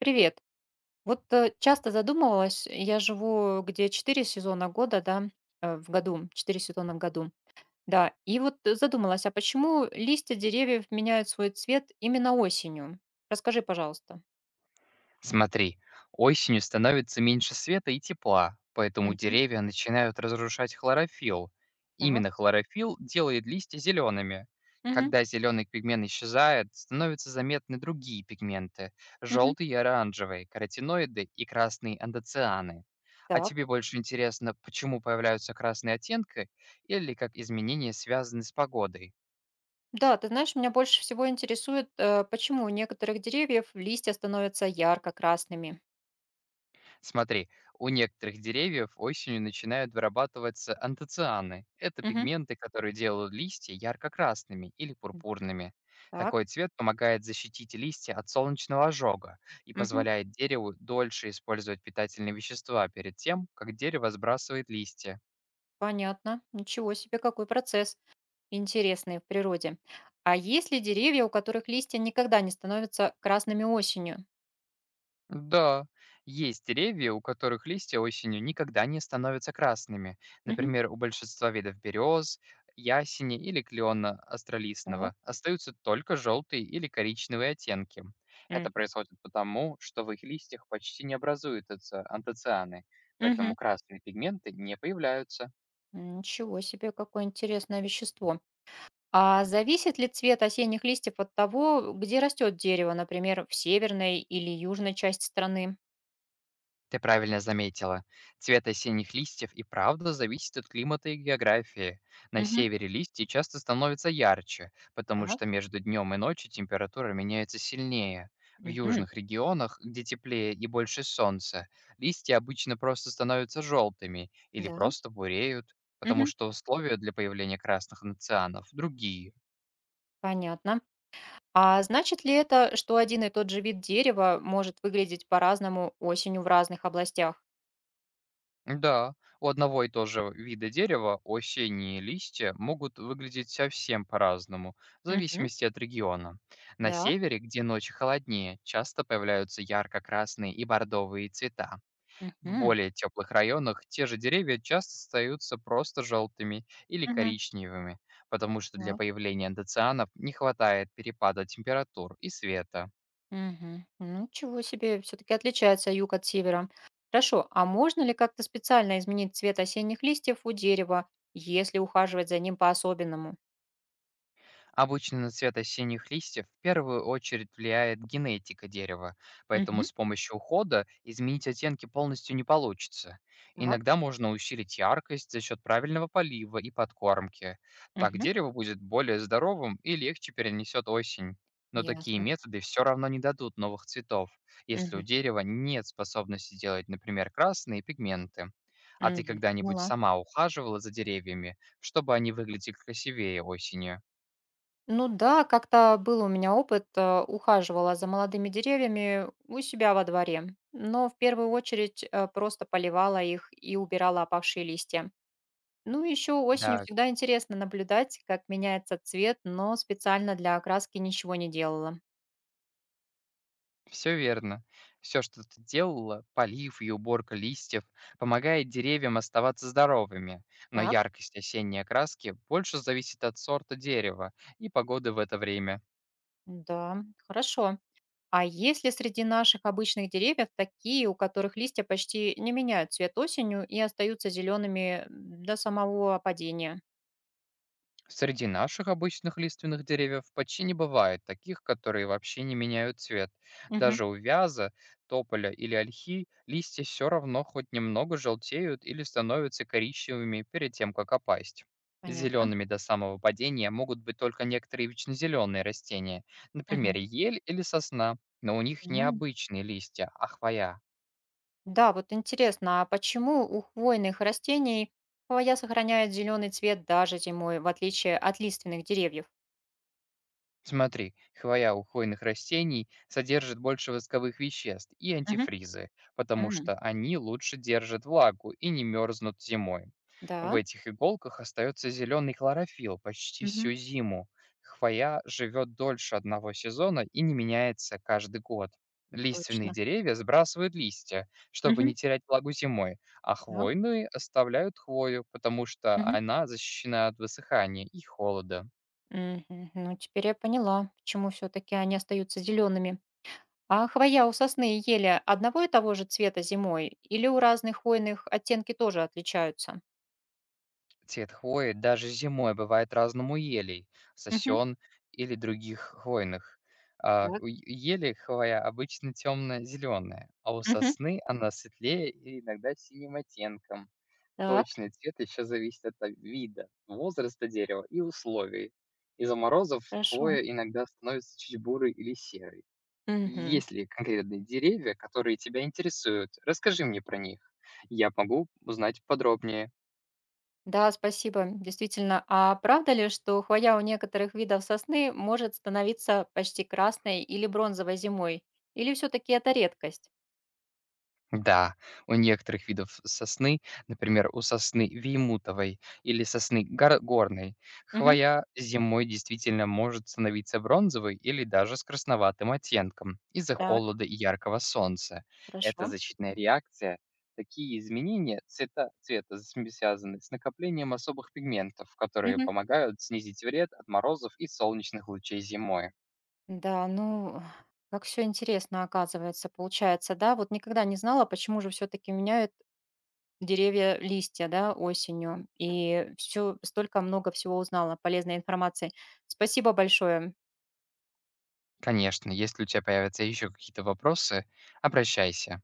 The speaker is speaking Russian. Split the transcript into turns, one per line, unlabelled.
Привет. Часто задумывалась, я живу где 4 сезона года, да, в году, 4 сезона в году, да, и задумалась, а почему листья деревьев меняют свой цвет именно осенью? Расскажи, пожалуйста.
Смотри, осенью становится меньше света и тепла, поэтому
Мгм.
деревья начинают разрушать хлорофилл.
Так.
Именно хлорофилл делает листья зелеными.
Мгм.
Когда зеленый пигмент исчезает, становятся заметны другие пигменты–
Мгм.
желтые и оранжевые, каротиноиды и красные андоцианы. А
Так.
тебе больше интересно, почему появляются красные оттенки или как изменения связаны с погодой?
Да, ты знаешь, меня больше всего интересует, почему у некоторых деревьев листья становятся ярко-красными.
Смотри, у некоторых деревьев осенью начинают вырабатываться антоцианы. Это
Мгм.
пигменты, которые делают листья ярко-красными или пурпурными.
Так.
Такой цвет помогает защитить листья от солнечного ожога и
Мгм.
позволяет дереву дольше использовать питательные вещества перед тем, как дерево сбрасывает листья.
Понятно. Ничего себе, какой процесс. Интересные в природе. А есть ли деревья, у которых листья никогда не становятся красными осенью?
Да, есть деревья, у которых листья осенью никогда не становятся красными.
Мгм.
Например, у большинства видов берез, ясени или клена
Так.
астролистного остаются только желтые или коричневые оттенки. Это
Мгм.
происходит потому, что в их листьях почти не образуются антоцианы,
Мгм.
поэтому красные пигменты не появляются.
Ничего себе, какое интересное вещество. А зависит ли цвет осенних листьев от того, где растет дерево, например, в северной или южной части страны?
Ты правильно заметила. Цвет осенних листьев и правда зависит от климата и географии. На
Мгм.
севере листья часто становятся ярче, потому
Так.
что между днем и ночью температура меняется сильнее. В
Мгм.
южных регионах, где теплее и больше солнца, листья обычно просто становятся желтыми или
Да.
просто буреют, потому
Мгм.
что условия для появления красных нацианов другие.
Понятно. А значит ли это, что один и тот же вид дерева может выглядеть по-разному осенью в разных областях?
Да, у одного и того же вида дерева осенние листья могут выглядеть совсем по-разному, в
Мгм.
зависимости от региона. На
Да.
севере, где ночи холоднее, часто появляются ярко-красные и бордовые цвета. В
Мгм.
более теплых районах те же деревья часто остаются просто желтыми или
Мгм.
коричневыми, потому что для
Так.
появления андоцианов не хватает перепада температур и света.
Мгм. Ну, ничего себе, все-таки отличается юг от севера. Хорошо, а можно ли как-то специально изменить цвет осенних листьев у дерева, если ухаживать за ним по-особенному?
Обычно на цвет осенних листьев в первую очередь влияет генетика дерева, поэтому
Мгм.
с помощью ухода изменить оттенки полностью не получится.
Так,
Иногда можно усилить яркость за счет правильного полива и подкормки. Так
мгм.
дерево будет более здоровым и легче перенесет осень. Но такие
Ясно.
методы все равно не дадут новых цветов, если у
Мгм.
дерева нет способности делать, например, красные пигменты. А ты
Мгм.
когда-нибудь
Поняла.
сама ухаживала за деревьями, чтобы они выглядели красивее осенью?
Ну да, как-то был у меня опыт, ухаживала за молодыми деревьями у себя во дворе, но в первую очередь просто поливала их и убирала опавшие листья. Ну, еще осенью
Да,
всегда интересно наблюдать, как меняется цвет, но специально для окраски ничего не делала.
все верно. Все, что ты делала, полив и уборка листьев, помогает деревьям оставаться здоровыми, но
Так.
яркость осенней окраски больше зависит от сорта дерева и погоды в это время.
Да, хорошо. А есть ли среди наших обычных деревьев такие, у которых листья почти не меняют цвет осенью и остаются зелеными до самого опадения?
Среди наших обычных лиственных деревьев почти не бывает таких, которые вообще не меняют цвет.
Мгм.
Даже у вяза, тополя или ольхи листья все равно хоть немного желтеют или становятся коричневыми перед тем, как опасть.
Понятно.
Зелеными до самого падения могут быть только некоторые вечнозеленые растения,
Мгм.
например, ель или сосна, но у них не
М.
обычные листья, а хвоя.
Да, вот интересно, а почему у хвойных растений хвоя сохраняет зеленый цвет даже зимой, в отличие от лиственных деревьев?
Смотри, хвоя у хвойных растений содержит больше восковых веществ и
Мгм.
антифризы, потому
М.
что они лучше держат влагу и не мерзнут зимой. В
Да.
этих иголках остается зеленый хлорофилл почти
Мгм.
всю зиму. Хвоя живет дольше одного сезона и не меняется каждый год. Лиственные
Точно.
деревья сбрасывают листья, чтобы
Мгм.
не терять влагу зимой, а
Да.
хвойные оставляют хвою, потому что
Мгм.
она защищена от высыхания и холода.
Мгм. Ну, теперь я поняла, почему все-таки они остаются зелеными. А хвоя у сосны и ели одного и того же цвета зимой или у разных хвойных оттенки тоже отличаются?
Цвет хвои даже зимой бывает разным у елей,
Мгм.
сосен или других хвойных.
Так.
Ели хвоя обычно темно-зеленая, а у
Мгм.
сосны она светлее и иногда синим оттенком.
Так,
Точный цвет еще зависит от вида, возраста дерева и условий. Из-за морозов
хорошо.
хвоя иногда становится чуть бурой или серой.
Мгм.
Есть ли конкретные деревья, которые тебя интересуют? Расскажи мне про них. Я могу узнать подробнее.
Да, спасибо, действительно. А правда ли, что хвоя у некоторых видов сосны может становиться почти красной или бронзовой зимой? Или все-таки это редкость?
Да, у некоторых видов сосны, например, у сосны веймутовой или горной,
Мгм.
хвоя зимой действительно может становиться бронзовой или даже с красноватым оттенком из-за
Так,
холода и яркого солнца.
хорошо.
Это защитная реакция. Такие изменения цвета, связаны с накоплением особых пигментов, которые
Мгм.
помогают снизить вред от морозов и солнечных лучей зимой.
Да, ну, как все интересно оказывается, получается, да, вот никогда не знала, почему же все-таки меняют деревья листья, да, осенью, и все, столько много всего узнала, полезной информации. Спасибо большое.
Конечно, если у тебя появятся еще какие-то вопросы, обращайся.